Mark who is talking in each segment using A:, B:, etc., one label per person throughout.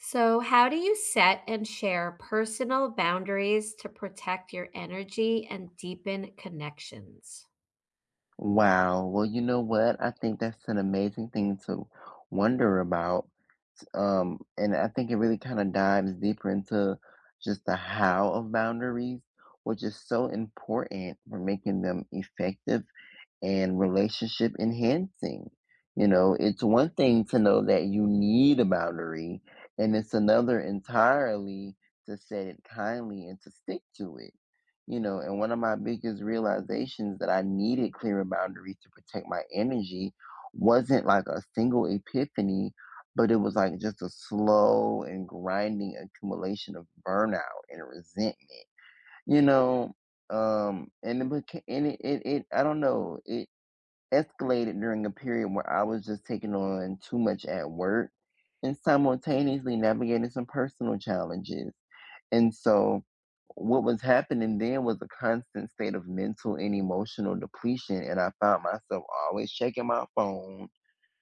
A: So, how do you set and share personal boundaries to protect your energy and deepen connections?
B: Wow. Well, you know what? I think that's an amazing thing to wonder about. And I think it really kind of dives deeper into just the how of boundaries, which is so important for making them effective and relationship enhancing. You know, it's one thing to know that you need a boundary, and it's another entirely to set it kindly and to stick to it. You know, and one of my biggest realizations that I needed clearer boundaries to protect my energy wasn't like a single epiphany, but it was like just a slow and grinding accumulation of burnout and resentment. You know, and it became and it I don't know, it escalated during a period where I was just taking on too much at work and simultaneously navigating some personal challenges. And so, what was happening then was a constant state of mental and emotional depletion. And I found myself always checking my phone,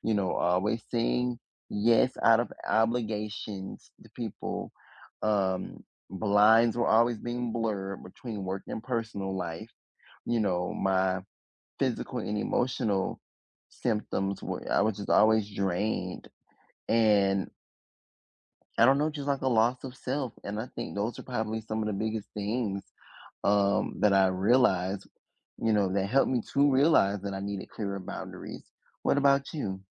B: you know, always saying yes out of obligations to people. Um, Blinds were always being blurred between work and personal life. You know, my physical and emotional symptoms where I was just always drained and I don't know, just like a loss of self, and I think those are probably some of the biggest things, that I realized, you know, that helped me to realize that I needed clearer boundaries. What about you?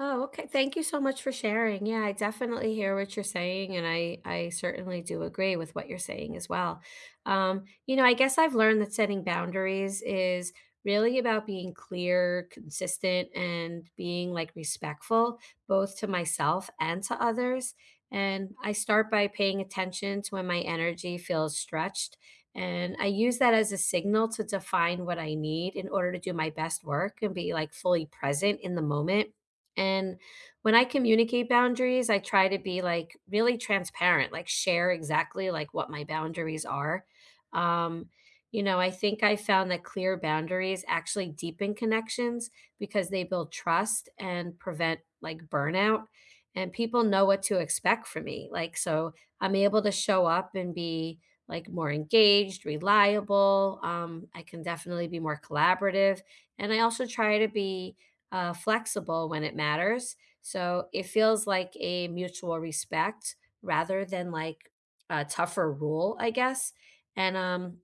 A: Oh, okay. Thank you so much for sharing. Yeah, I definitely hear what you're saying, and I certainly do agree with what you're saying as well. You know, I guess I've learned that setting boundaries is really about being clear, consistent, and being like respectful both to myself and to others. And I start by paying attention to when my energy feels stretched. And I use that as a signal to define what I need in order to do my best work and be like fully present in the moment, and when I communicate boundaries, I try to be like really transparent, like share exactly like what my boundaries are. Um, you know, I think I found that clear boundaries actually deepen connections because they build trust and prevent like burnout. And people know what to expect from me. Like, so I'm able to show up and be like more engaged, reliable. I can definitely be more collaborative. And I also try to be flexible when it matters. So it feels like a mutual respect rather than like a tougher rule, I guess. And um,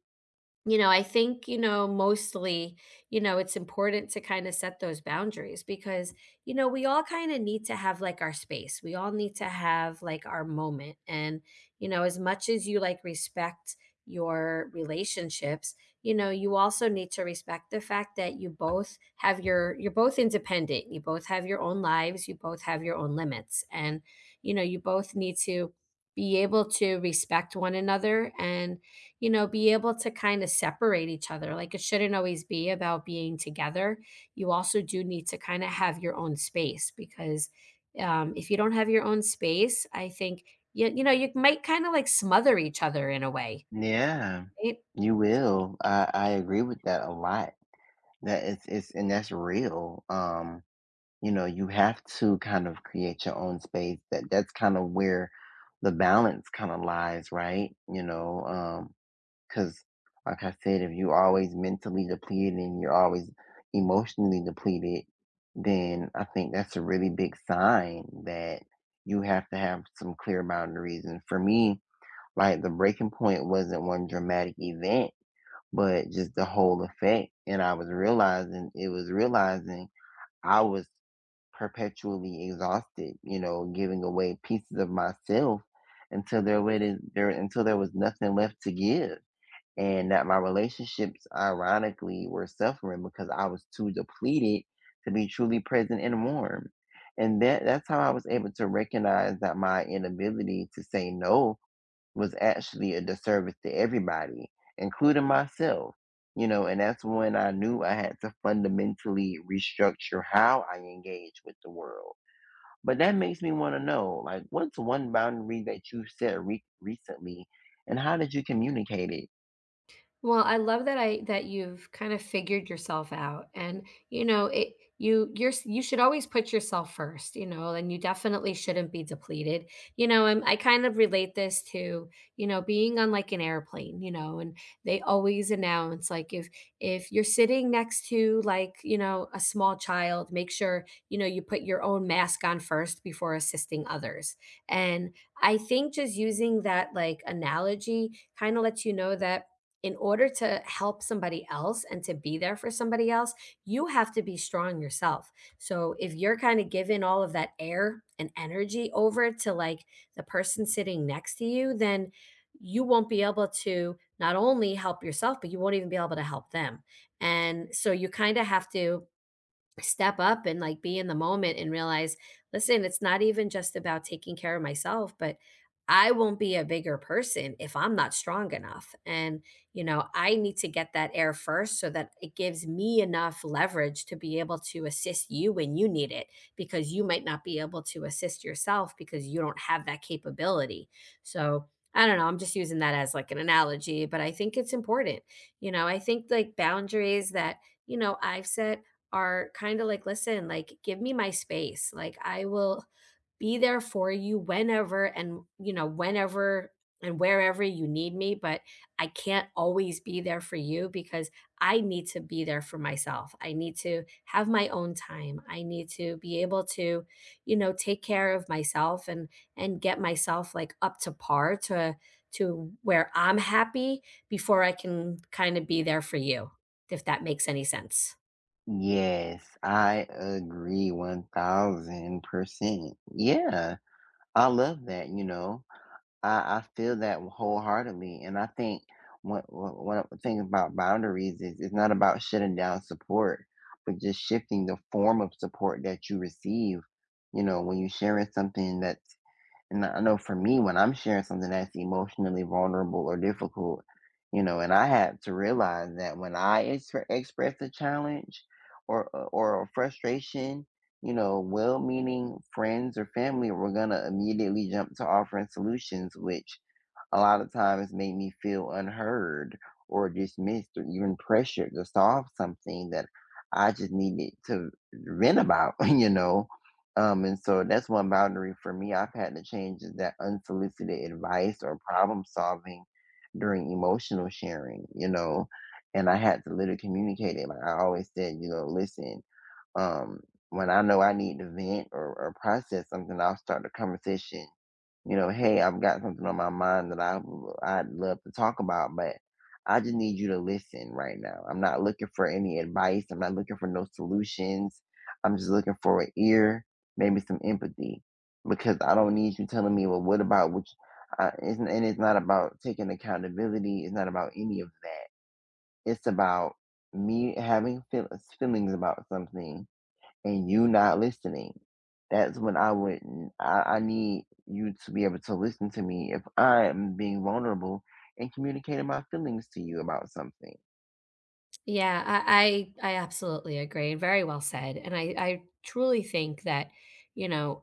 A: I think, you know, mostly, you know, it's important to kind of set those boundaries because, you know, we all kind of need to have like our space. We all need to have like our moment. And, you know, as much as you like respect your relationships, you know, you also need to respect the fact that you both you're both independent. You both have your own lives. You both have your own limits. And, you know, you both need to be able to respect one another and, you know, be able to kind of separate each other. Like it shouldn't always be about being together. You also do need to kind of have your own space because if you don't have your own space, I think you you might kind of like smother each other in a way,
B: Yeah.
A: right?
B: You will. I agree with that a lot. That it's and that's real. You know, you have to kind of create your own space. That's kind of where the balance kind of lies, right? You know, because like I said, if you're always mentally depleted and you're always emotionally depleted, then I think that's a really big sign that you have to have some clear boundaries. And for me, like the breaking point wasn't one dramatic event, but just the whole effect. And I was realizing I was perpetually exhausted, you know, giving away pieces of myself until there was there until there was nothing left to give. And that my relationships ironically were suffering because I was too depleted to be truly present and warm. And that's how I was able to recognize that my inability to say no was actually a disservice to everybody, including myself. You know, and that's when I knew I had to fundamentally restructure how I engage with the world. But that makes me want to know, like, what's one boundary that you set recently, and how did you communicate it?
A: Well, I love that you've kind of figured yourself out, and you know, it you you're s- you should always put yourself first, you know, and you definitely shouldn't be depleted. You know, and I kind of relate this to, you know, being on like an airplane, you know, and they always announce like if you're sitting next to like, you know, a small child, make sure, you know, you put your own mask on first before assisting others. And I think just using that like analogy kind of lets you know that in order to help somebody else and to be there for somebody else, you have to be strong yourself. So if you're kind of giving all of that air and energy over to like the person sitting next to you, then you won't be able to not only help yourself, but you won't even be able to help them. And so you kind of have to step up and like be in the moment and realize, listen, it's not even just about taking care of myself, but I won't be a bigger person if I'm not strong enough. And, you know, I need to get that air first so that it gives me enough leverage to be able to assist you when you need it, because you might not be able to assist yourself because you don't have that capability. So, I don't know, I'm just using that as like an analogy, but I think it's important. You know, I think like boundaries that, you know, I've set are kind of like, listen, like, give me my space. Like, I will be there for you whenever and, you know, whenever and wherever you need me. But I can't always be there for you because I need to be there for myself. I need to have my own time. I need to be able to, you know, take care of myself and get myself like up to par to where I'm happy before I can kind of be there for you, if that makes any sense.
B: Yes, I agree 1000%. Yeah, I love that, you know. I feel that wholeheartedly, and I think what one of the thing about boundaries is it's not about shutting down support, but just shifting the form of support that you receive. You know, when you are sharing something that and I know for me, when I'm sharing something that's emotionally vulnerable or difficult, you know, and I have to realize that when I express a challenge or a frustration, you know, well-meaning friends or family were gonna immediately jump to offering solutions, which a lot of times made me feel unheard or dismissed or even pressured to solve something that I just needed to vent about, you know. And so that's one boundary for me I've had to change is that unsolicited advice or problem solving during emotional sharing, you know. And I had to literally communicate it. Like I always said, you know, listen, um, when I know I need to vent or process something, I'll start the conversation. You know, hey, I've got something on my mind that I'd love to talk about, but I just need you to listen right now. I'm not looking for any advice. I'm not looking for no solutions. I'm just looking for an ear, maybe some empathy, because I don't need you telling me, well, what about which? You it's, and it's not about taking accountability. It's not about any of that. It's about me having feelings about something and you not listening. That's when I wouldn't. I need you to be able to listen to me if I'm being vulnerable and communicating my feelings to you about something.
A: Yeah, I absolutely agree, very well said, and I truly think that, you know,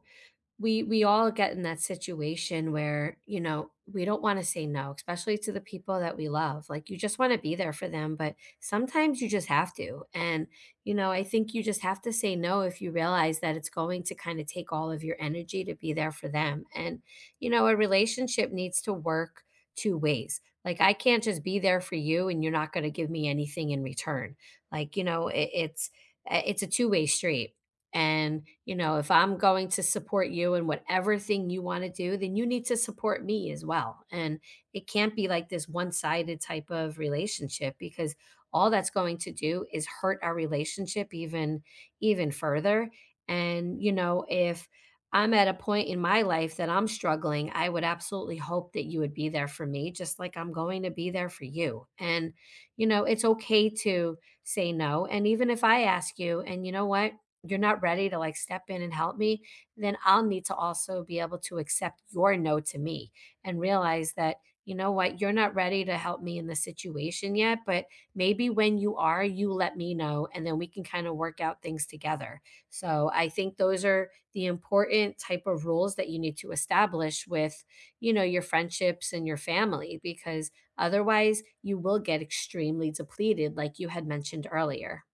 A: we all get in that situation where, you know, we don't want to say no, especially to the people that we love, like you just want to be there for them, but sometimes you just have to. And you know, I think you just have to say no if you realize that it's going to kind of take all of your energy to be there for them. And you know, a relationship needs to work two ways. Like I can't just be there for you and you're not going to give me anything in return. Like, you know, it's a two-way street, and, you know, if I'm going to support you in whatever thing you want to do, then you need to support me as well. And it can't be like this one sided type of relationship because all that's going to do is hurt our relationship even further. And you know, if I'm at a point in my life that I'm struggling, I would absolutely hope that you would be there for me just like I'm going to be there for you. And you know, it's okay to say no. And even if I ask you and you know what, you're not ready to like step in and help me, then I'll need to also be able to accept your no to me and realize that, you know what, you're not ready to help me in this situation yet, but maybe when you are, you let me know and then we can kind of work out things together. So I think those are the important type of rules that you need to establish with, you know, your friendships and your family, because otherwise you will get extremely depleted, like you had mentioned earlier.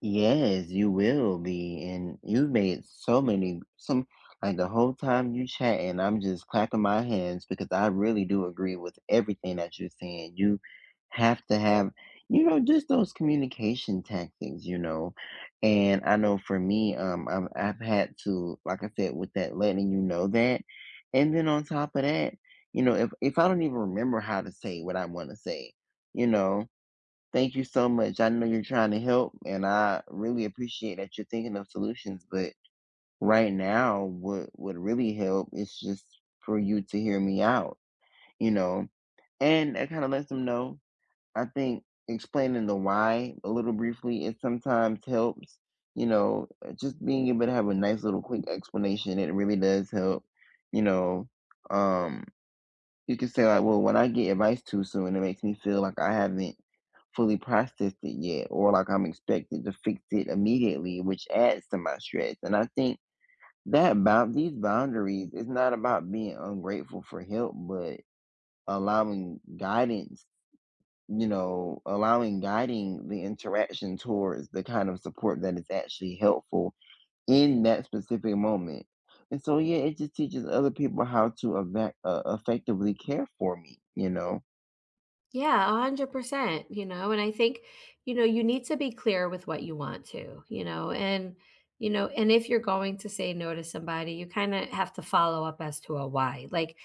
B: Yes, you will be, and you made so many some like the whole time you chatting, I'm just clapping my hands because I really do agree with everything that you're saying. You have to have, you know, just those communication tactics, you know. And I know for me, I've had to, like I said, with that letting you know that, and then on top of that, you know, if I don't even remember how to say what I want to say, you know. Thank you so much. I know you're trying to help, and I really appreciate that you're thinking of solutions. But right now, what would really help is just for you to hear me out, you know, and that kind of lets them know. I think explaining the why a little briefly it sometimes helps, you know, just being able to have a nice little quick explanation. It really does help, you know. Um, you can say like, well, when I get advice too soon, it makes me feel like I haven't fully processed it yet, or like I'm expected to fix it immediately, which adds to my stress. And I think that bound these boundaries is not about being ungrateful for help, but allowing guidance, you know, allowing guiding the interaction towards the kind of support that is actually helpful in that specific moment. And so, yeah, it just teaches other people how to effectively care for me, you know.
A: Yeah, 100%, you know, and I think, you know, you need to be clear with what you want to, you know, and if you're going to say no to somebody, you kind of have to follow up as to a why. Like,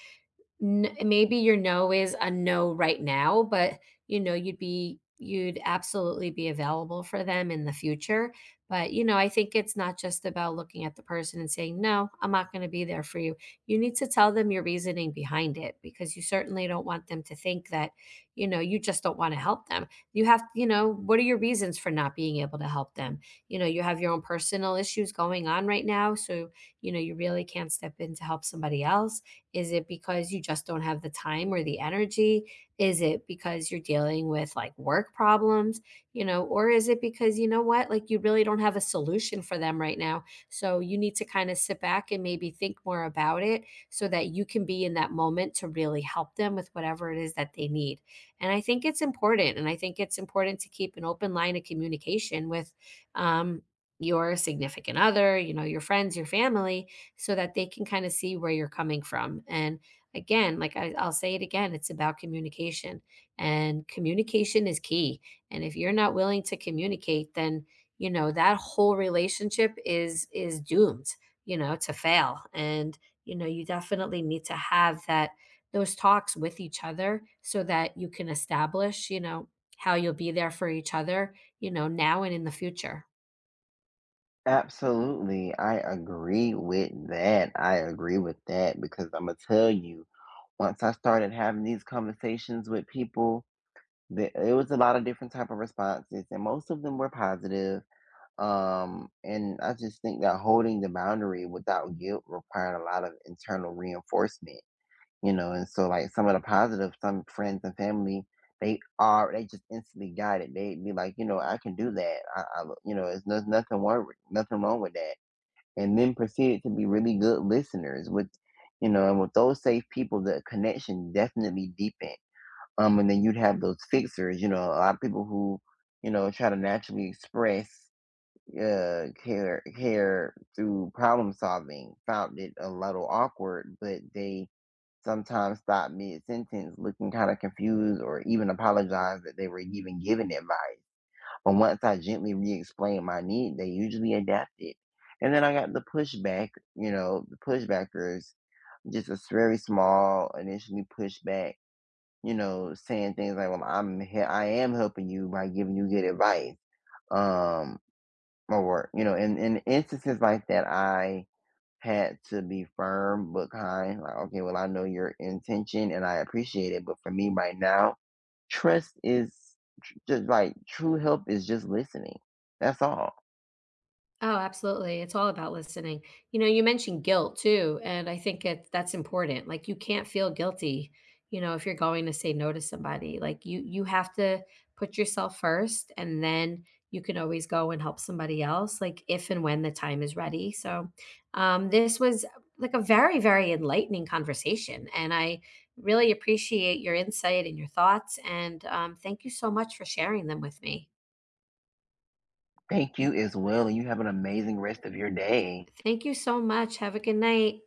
A: N maybe your no is a no right now, but, you know, you'd absolutely be available for them in the future. But, you know, I think it's not just about looking at the person and saying, "No, I'm not gonna be there for you." You need to tell them your reasoning behind it because you certainly don't want them to think that, you know, you just don't wanna help them. You know, what are your reasons for not being able to help them? You know, you have your own personal issues going on right now, so, you know, you really can't step in to help somebody else. Is it because you just don't have the time or the energy? Is it because you're dealing with like work problems, you know, or is it because you know what, like you really don't have a solution for them right now? So you need to kind of sit back and maybe think more about it so that you can be in that moment to really help them with whatever it is that they need. And I think it's important. And I think it's important to keep an open line of communication with um, your significant other, you know, your friends, your family, so that they can kind of see where you're coming from. And again, like I'll say it again, it's about communication, and communication is key. And if you're not willing to communicate, then you know that whole relationship is doomed, you know, to fail. And you know, you definitely need to have that those talks with each other so that you can establish, you know, how you'll be there for each other, you know, now and in the future.
B: Absolutely. I agree with that. I agree with that because I'm gonna tell you, once I started having these conversations with people, the it was a lot of different type of responses, and most of them were positive. And I just think that holding the boundary without guilt required a lot of internal reinforcement, you know. And so, like some of the positive, some friends and family, they are they just instantly got it. They'd be like, you know, I can do that. I you know, it's there's nothing nothing wrong with that, and then proceeded to be really good listeners with, you know, and with those safe people the connection definitely deepened. And then you'd have those fixers, you know, a lot of people who, you know, try to naturally express care through problem solving, found it a little awkward, but they sometimes stopped mid-sentence looking kind of confused or even apologized that they were even giving advice, but once I gently re explained my need, they usually adapted. And then I got the pushback, you know, the pushbackers, just a very small initially pushback, you know, saying things like, well, I am helping you by giving you good advice. Um or, you know, in instances like that, I had to be firm but kind. Like, okay, well, I know your intention and I appreciate it, but for me right now, trust is just like true help is just listening. That's all.
A: Oh, absolutely. It's all about listening. You know, you mentioned guilt too, and I think it that's important. Like you can't feel guilty, you know, if you're going to say no to somebody. Like you have to put yourself first and then you can always go and help somebody else like if and when the time is ready. So, this was like a very enlightening conversation, and I really appreciate your insight and your thoughts, and thank you so much for sharing them with me.
B: Thank you as well, and you have an amazing rest of your day.
A: Thank you so much. Have a good night.